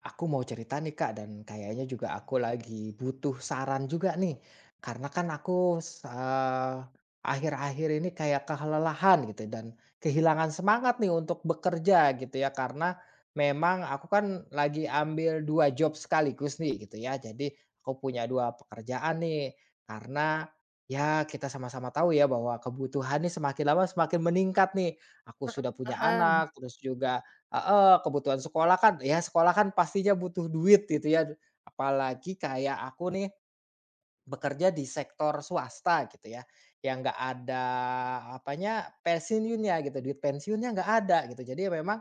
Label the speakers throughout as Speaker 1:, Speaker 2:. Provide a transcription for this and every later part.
Speaker 1: Aku mau cerita nih Kak, dan kayaknya juga aku lagi butuh saran juga nih. Karena kan aku s eee, akhir-akhir ini kayak kelelahan gitu dan kehilangan semangat nih untuk bekerja gitu ya. Karena memang aku kan lagi ambil 2 job sekaligus nih gitu ya. Jadi aku punya 2 pekerjaan nih. Karena ya kita sama-sama tahu ya bahwa kebutuhan nih semakin lama semakin meningkat nih. Aku
Speaker 2: Heeh,
Speaker 1: sudah punya
Speaker 2: paham.
Speaker 1: anak, terus juga. Heeh, kebutuhan sekolah kan ya sekolah kan pastinya butuh duit gitu ya, apalagi kayak aku nih bekerja di sektor swasta gitu ya, yang nggak ada apanya, pensiunnya gitu, duit pensiunnya nggak ada gitu. Jadi ya memang,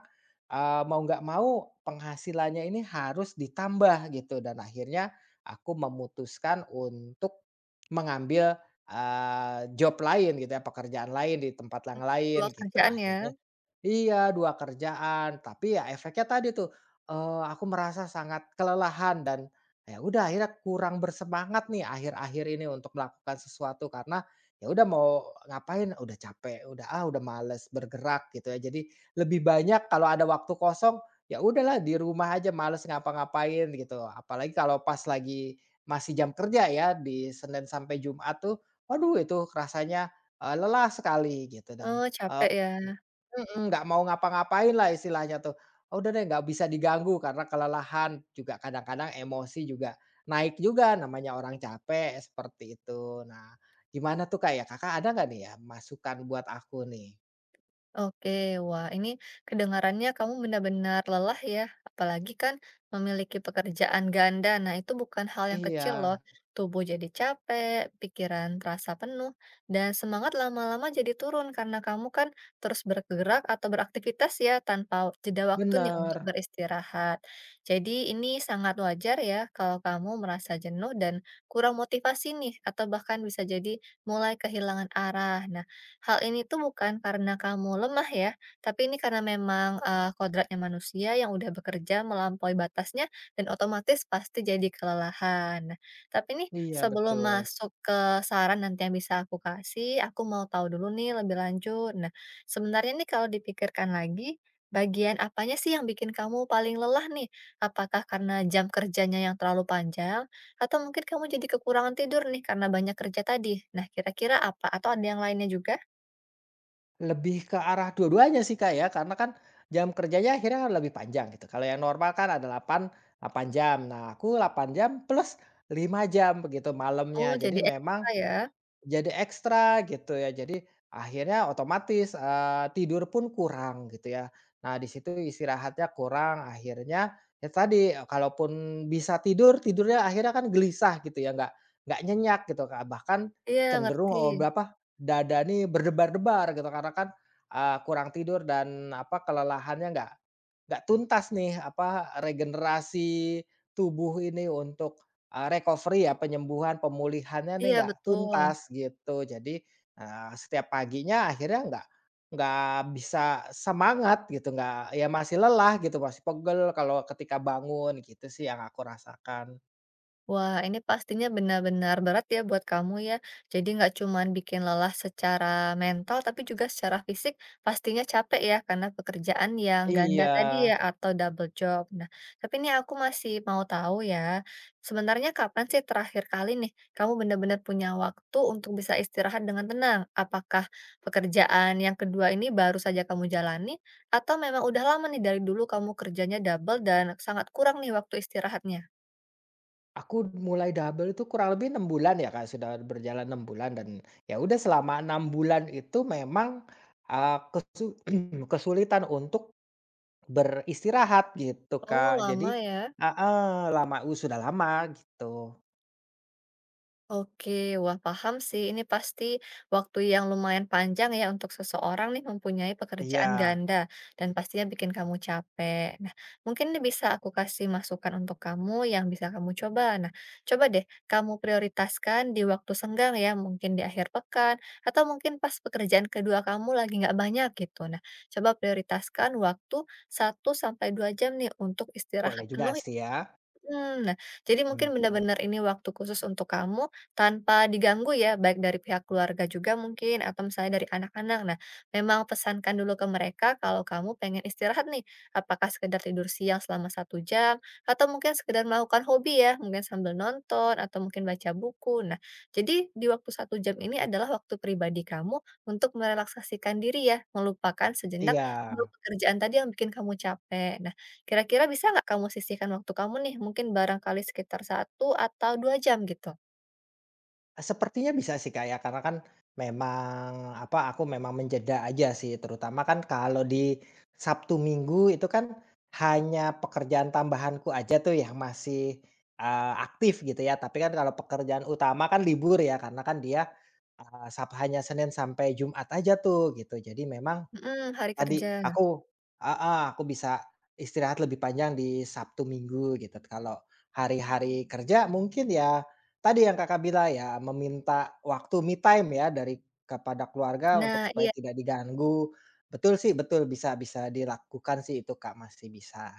Speaker 1: mau nggak mau penghasilannya ini harus ditambah gitu dan akhirnya aku memutuskan untuk mengambil, job lain gitu ya, pekerjaan lain di tempat yang
Speaker 2: Mmm, 2
Speaker 1: lain gitu.
Speaker 2: kerjaan ya?
Speaker 1: Akhirnya iya, 2 kerjaan, tapi ya efeknya tadi tuh, aku merasa sangat kelelahan dan ya udah akhirnya kurang bersemangat nih akhir-akhir ini untuk melakukan sesuatu karena ya udah mau ngapain, udah capek, udah, ah, udah males bergerak gitu ya. Jadi lebih banyak kalau ada waktu kosong, ya udahlah di rumah aja males ngapa-ngapain gitu. Apalagi kalau pas lagi masih jam kerja ya di Senin sampai Jumat tuh, waduh itu rasanya, lelah sekali gitu dan,
Speaker 2: Oh, capek ya?
Speaker 1: eee Mhm, nggak mau ngapa-ngapain lah istilahnya tuh. Oh, udah deh nggak bisa diganggu karena kelelahan, juga kadang-kadang emosi juga naik juga, namanya orang capek, seperti itu. Nah, gimana tuh, Kak, ya? Kakak ada nggak nih ya masukan buat aku nih?
Speaker 2: Oke, wah ini kedengarannya kamu benar-benar lelah ya, apalagi kan memiliki pekerjaan ganda. Nah, itu bukan hal yang
Speaker 1: Iya,
Speaker 2: kecil loh. Tubuh jadi capek, pikiran terasa penuh, dan semangat lama-lama jadi turun karena kamu kan terus bergerak atau beraktivitas ya tanpa jeda waktu nih untuk
Speaker 1: bener.
Speaker 2: beristirahat. Jadi ini sangat wajar ya kalau kamu merasa jenuh dan kurang motivasi nih, atau bahkan bisa jadi mulai kehilangan arah. Nah, hal ini tuh bukan karena kamu lemah ya, tapi ini karena memang, kodratnya manusia yang udah bekerja melampaui batasnya dan otomatis pasti jadi kelelahan. Nah, tapi nih
Speaker 1: Iya,
Speaker 2: sebelum
Speaker 1: betul.
Speaker 2: masuk ke saran nanti yang bisa aku kasih, aku mau tahu dulu nih lebih lanjut. Nah, sebenarnya nih kalau dipikirkan lagi, bagian apanya sih yang bikin kamu paling lelah nih? Apakah karena jam kerjanya yang terlalu panjang? Atau mungkin kamu jadi kekurangan tidur nih karena banyak kerja tadi? Nah, kira-kira apa? Atau ada yang lainnya juga?
Speaker 1: Lebih ke arah dua-duanya sih, Kak, ya, karena kan jam kerjanya akhirnya lebih panjang gitu. Kalau yang normal kan ada 8 8 jam. Nah, aku 8 jam plus 5 jam begitu
Speaker 2: Oh,
Speaker 1: malamnya. Jadi
Speaker 2: jadi
Speaker 1: memang
Speaker 2: ekstra ya?
Speaker 1: jadi ekstra gitu ya, jadi akhirnya otomatis, tidur pun kurang gitu ya. Nah di situ istirahatnya kurang, akhirnya ya tadi, kalaupun bisa tidur, tidurnya akhirnya kan gelisah gitu ya, nggak nyenyak gitu, Kak, bahkan
Speaker 2: Iya,
Speaker 1: cenderung,
Speaker 2: ngerti.
Speaker 1: dada nih berdebar-debar gitu karena kan, kurang tidur dan apa, kelelahannya nggak tuntas nih, apa, regenerasi tubuh ini untuk, recovery ya, penyembuhan, pemulihannya nih
Speaker 2: Iya,
Speaker 1: nggak
Speaker 2: betul.
Speaker 1: tuntas, gitu. Jadi, setiap paginya akhirnya nggak bisa semangat gitu, nggak ya masih lelah gitu, masih pegel kalau ketika bangun, gitu sih yang aku rasakan.
Speaker 2: Wah, ini pastinya benar-benar berat ya buat kamu ya. Jadi nggak cuman bikin lelah secara mental, tapi juga secara fisik pastinya capek ya karena pekerjaan yang ganda
Speaker 1: Iya,
Speaker 2: tadi ya atau double job. Nah, tapi ini aku masih mau tahu ya, sebenarnya kapan sih terakhir kali nih kamu benar-benar punya waktu untuk bisa istirahat dengan tenang? Apakah pekerjaan yang kedua ini baru saja kamu jalani atau memang udah lama nih dari dulu kamu kerjanya double dan sangat kurang nih waktu istirahatnya?
Speaker 1: aku mulai double itu kurang lebih 6 bulan ya, Kak, sudah berjalan 6 bulan dan ya udah selama 6 bulan itu memang, eee, kesu kesulitan untuk beristirahat gitu,
Speaker 2: Oh,
Speaker 1: Kak.
Speaker 2: lama
Speaker 1: Jadi
Speaker 2: ya.
Speaker 1: heeh, lama u sudah lama gitu.
Speaker 2: Oke, wah paham sih. Ini pasti waktu yang lumayan panjang ya untuk seseorang nih mempunyai pekerjaan
Speaker 1: Iya,
Speaker 2: ganda dan pastinya bikin kamu capek. Nah, mungkin ini bisa aku kasih masukan untuk kamu yang bisa kamu coba. Nah, coba deh kamu prioritaskan di waktu senggang ya, mungkin di akhir pekan atau mungkin pas pekerjaan kedua kamu lagi nggak banyak gitu. Nah, coba prioritaskan waktu 1 sampai 2 jam nih untuk istirahat
Speaker 1: boleh juga
Speaker 2: penuh.
Speaker 1: sih ya.
Speaker 2: Mmm, nah, jadi
Speaker 1: Mmm,
Speaker 2: mungkin benar-benar ini waktu khusus untuk kamu tanpa diganggu ya, baik dari pihak keluarga juga mungkin atau misalnya dari anak-anak. Nah, memang pesankan dulu ke mereka kalau kamu pengen istirahat nih, apakah sekedar tidur siang selama 1 jam atau mungkin sekedar melakukan hobi ya, mungkin sambil nonton atau mungkin baca buku. Nah, jadi di waktu 1 jam ini adalah waktu pribadi kamu untuk merelaksasikan diri ya, melupakan sejenak dulu
Speaker 1: iya.
Speaker 2: pekerjaan tadi yang bikin kamu capek. Nah, kira-kira bisa nggak kamu sisihkan waktu kamu nih, mungkin barangkali sekitar 1 atau 2 jam gitu?
Speaker 1: Sepertinya bisa sih, Kak, ya, karena kan memang apa, aku memang menjeda aja sih, terutama kan kalau di Sabtu Minggu itu kan hanya pekerjaan tambahanku aja tuh yang masih, aktif gitu ya. Tapi kan kalau pekerjaan utama kan libur ya, karena kan dia, eee, sab hanya Senin sampai Jumat aja tuh gitu. Jadi memang
Speaker 2: Mhm, hari
Speaker 1: tadi
Speaker 2: kerja.
Speaker 1: aku heeh, aku bisa istirahat lebih panjang di Sabtu Minggu gitu. Kalau hari-hari kerja mungkin ya tadi yang Kakak bilang ya meminta waktu me time ya dari kepada keluarga untuk
Speaker 2: Nah
Speaker 1: supaya
Speaker 2: iya.
Speaker 1: tidak diganggu. Betul sih, betul bisa bisa dilakukan sih itu Kak, masih bisa.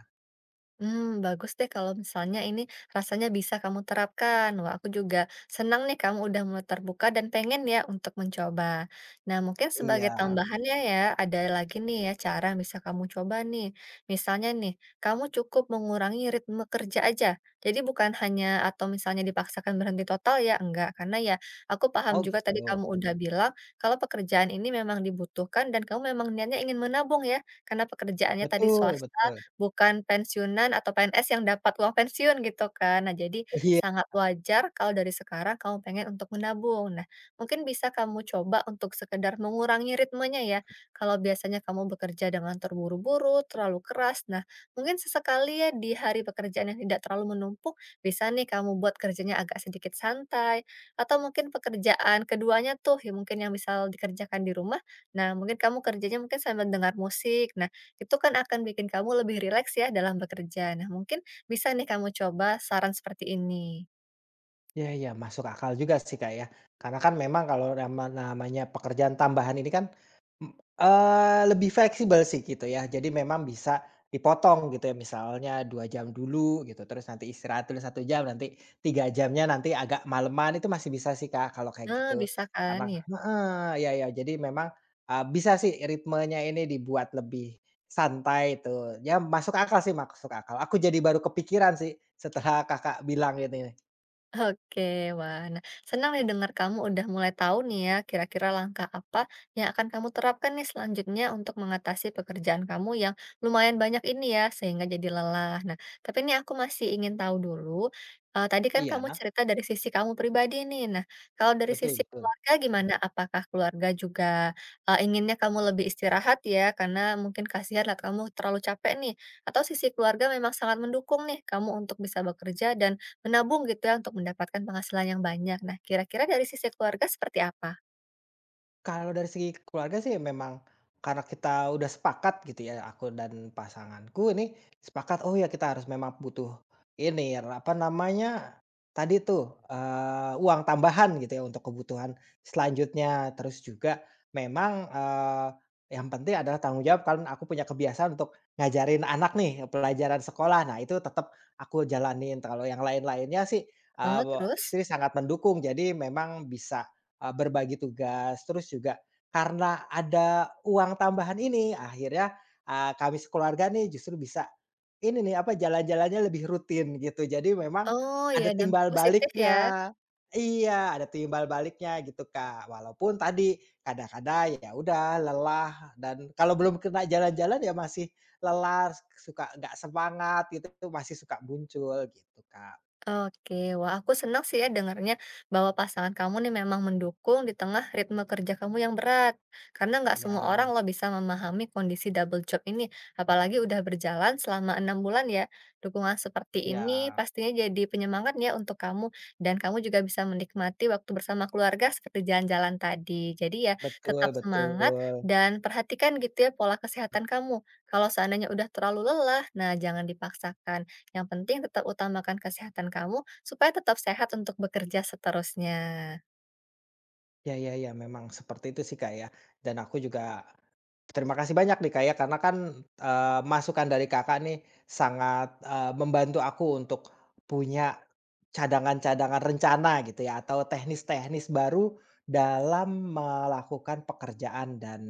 Speaker 2: Bagus deh kalau misalnya ini rasanya bisa kamu terapkan. Wah, aku juga senang nih kamu udah mulai terbuka dan pengen ya untuk mencoba. Nah, mungkin
Speaker 1: Iya.
Speaker 2: sebagai tambahannya ya, ya, ada lagi nih ya cara yang bisa kamu coba nih. Misalnya nih, kamu cukup mengurangi ritme kerja aja. Jadi bukan hanya atau misalnya dipaksakan berhenti total ya, enggak. Karena ya aku
Speaker 1: Oh
Speaker 2: paham juga tadi
Speaker 1: gitu.
Speaker 2: kamu udah bilang kalau pekerjaan ini memang dibutuhkan dan kamu memang niatnya ingin menabung ya, karena pekerjaannya tadi
Speaker 1: Betul
Speaker 2: swasta
Speaker 1: betul.
Speaker 2: bukan pensiunan atau PNS yang dapat uang pensiun gitu kan. Nah, jadi
Speaker 1: Iya.
Speaker 2: sangat wajar kalau dari sekarang kamu pengen untuk menabung. Nah, mungkin bisa kamu coba untuk sekedar mengurangi ritmenya ya. Kalau biasanya kamu bekerja dengan terburu-buru, terlalu keras. Nah, mungkin sesekali ya di hari pekerjaan yang tidak terlalu menumpuk, bisa nih kamu buat kerjanya agak sedikit santai. Atau mungkin pekerjaan keduanya tuh, ya mungkin yang misal dikerjakan di rumah. Nah, mungkin kamu kerjanya mungkin sambil dengar musik. Nah, itu kan akan bikin kamu lebih rileks ya dalam bekerja. Nah, mungkin bisa nih kamu coba saran seperti ini.
Speaker 1: Ya, ya masuk akal juga sih, Kak, ya. Karena kan memang kalau namanya pekerjaan tambahan ini kan, m lebih fleksibel sih gitu ya. Jadi memang bisa dipotong gitu ya, misalnya 2 jam dulu gitu, terus nanti istirahat dulu satu jam, nanti 3 jamnya nanti agak maleman, itu masih bisa sih, Kak, kalau kayak
Speaker 2: Eee,
Speaker 1: gitu.
Speaker 2: bisa kan?
Speaker 1: Karena
Speaker 2: Ya.
Speaker 1: heeh, ya iya, jadi memang, bisa sih ritmenya ini dibuat lebih santai itu. Ya masuk akal sih, masuk akal. Aku jadi baru kepikiran sih setelah Kakak bilang gitu ini.
Speaker 2: Oke, wah, nah, senang nih dengar kamu udah mulai tahu nih ya, kira-kira langkah apa yang akan kamu terapkan nih selanjutnya untuk mengatasi pekerjaan kamu yang lumayan banyak ini ya, sehingga jadi lelah. Nah, tapi ini aku masih ingin tahu dulu, tadi kan kamu
Speaker 1: Iya.
Speaker 2: cerita dari sisi kamu pribadi nih. Nah, kalau dari
Speaker 1: Betul
Speaker 2: sisi
Speaker 1: betul.
Speaker 2: keluarga gimana? Apakah keluarga juga, inginnya kamu lebih istirahat ya, karena mungkin kasihan lah kamu terlalu capek nih, atau sisi keluarga memang sangat mendukung nih kamu untuk bisa bekerja dan menabung gitu ya untuk mendapatkan penghasilan yang banyak. Nah, kira-kira dari sisi keluarga seperti apa?
Speaker 1: Kalau dari segi keluarga sih memang karena kita udah sepakat gitu ya, aku dan pasanganku ini sepakat, oh ya kita harus memang butuh ini, apa namanya, tadi tuh, uang tambahan gitu ya untuk kebutuhan selanjutnya. Terus juga memang, yang penting adalah tanggung jawab kan aku punya kebiasaan untuk ngajarin anak nih pelajaran sekolah. Nah itu tetap aku jalanin, kalau yang lain-lainnya sih,
Speaker 2: Oh, terus?
Speaker 1: istri sangat mendukung, jadi memang bisa berbagi tugas, terus juga karena ada uang tambahan ini akhirnya, kami sekeluarga nih justru bisa ini nih, apa, jalan-jalannya lebih rutin gitu. Jadi memang
Speaker 2: Oh, ya
Speaker 1: ada
Speaker 2: dampak
Speaker 1: timbal
Speaker 2: positif ya.
Speaker 1: baliknya iya, ada timbal baliknya gitu, Kak. Walaupun tadi kadang-kadang ya udah lelah dan kalau belum kena jalan-jalan ya masih lelah, suka nggak semangat gitu masih suka muncul gitu, Kak.
Speaker 2: Oke, wah aku senang sih ya dengarnya bahwa pasangan kamu nih memang mendukung di tengah ritme kerja kamu yang berat. Karena nggak
Speaker 1: Iya
Speaker 2: semua orang lo bisa memahami kondisi double job ini, apalagi udah berjalan selama 6 bulan ya. Dukungan seperti ini
Speaker 1: iya,
Speaker 2: pastinya jadi penyemangat ya untuk kamu dan kamu juga bisa menikmati waktu bersama keluarga seperti jalan-jalan tadi. Jadi ya tetap
Speaker 1: betul
Speaker 2: semangat
Speaker 1: betul.
Speaker 2: dan perhatikan gitu ya pola kesehatan kamu. Kalau seandainya udah terlalu lelah, nah jangan dipaksakan. Yang penting tetap utamakan kesehatan kamu supaya tetap sehat untuk bekerja seterusnya.
Speaker 1: Ya ya ya, memang seperti itu sih, Kak, ya. Dan aku juga, terima kasih banyak nih Kak ya, karena kan, masukan dari Kakak nih sangat, membantu aku untuk punya cadangan-cadangan rencana gitu ya, atau teknis-teknis baru dalam melakukan pekerjaan dan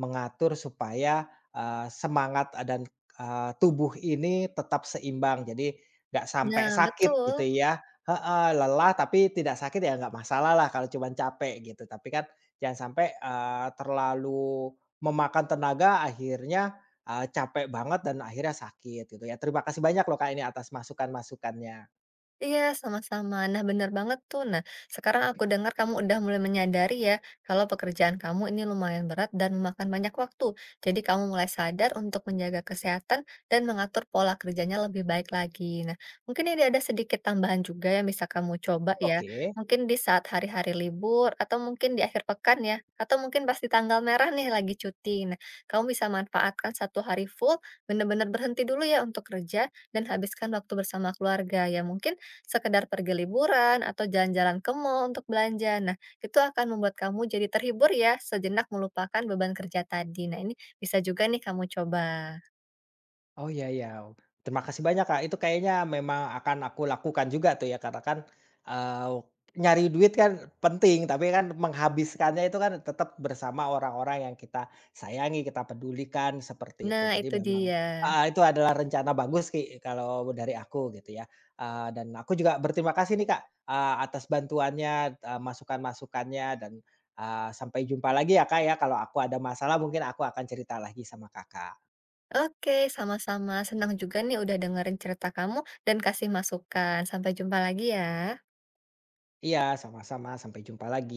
Speaker 1: mengatur supaya, semangat, dan, tubuh ini tetap seimbang. Jadi nggak sampai
Speaker 2: Nah,
Speaker 1: sakit gitu
Speaker 2: betul.
Speaker 1: ya heeh, lelah tapi tidak sakit ya nggak masalah lah kalau cuman capek gitu, tapi kan jangan sampai, terlalu memakan tenaga akhirnya, capek banget dan akhirnya sakit gitu ya. Terima kasih banyak loh Kak ini atas masukan-masukannya.
Speaker 2: Iya, sama-sama. Nah, bener banget tuh. Nah, sekarang aku dengar kamu udah mulai menyadari ya, kalau pekerjaan kamu ini lumayan berat dan memakan banyak waktu. Jadi kamu mulai sadar untuk menjaga kesehatan dan mengatur pola kerjanya lebih baik lagi. Nah, mungkin ini ada sedikit tambahan juga yang bisa kamu coba ya.
Speaker 1: Oke.
Speaker 2: Mungkin di saat hari-hari libur, atau mungkin di akhir pekan ya, atau mungkin pas di tanggal merah nih lagi cuti. Nah, kamu bisa manfaatkan satu hari full, bener-bener berhenti dulu ya untuk kerja, dan habiskan waktu bersama keluarga ya. Mungkin sekedar pergi liburan atau jalan-jalan ke mall untuk belanja. Nah, itu akan membuat kamu jadi terhibur ya, sejenak melupakan beban kerja tadi. Nah, ini bisa juga nih kamu coba.
Speaker 1: Oh iya iya, terima kasih banyak, Kak. Itu kayaknya memang akan aku lakukan juga tuh ya karena kan, eee, nyari duit kan penting, tapi kan menghabiskannya itu kan tetap bersama orang-orang yang kita sayangi, kita pedulikan, seperti itu.
Speaker 2: Nah,
Speaker 1: Jadi
Speaker 2: itu
Speaker 1: memang
Speaker 2: dia.
Speaker 1: heeh, itu adalah rencana bagus kalau dari aku gitu ya. Dan aku juga berterima kasih nih, Kak, atas bantuannya, masukan-masukannya dan, sampai jumpa lagi ya, Kak, ya. Kalau aku ada masalah mungkin aku akan cerita lagi sama Kakak.
Speaker 2: Oke, sama-sama. Senang juga nih udah dengerin cerita kamu dan kasih masukan. Sampai jumpa lagi ya.
Speaker 1: Iya, sama-sama. Sampai jumpa lagi.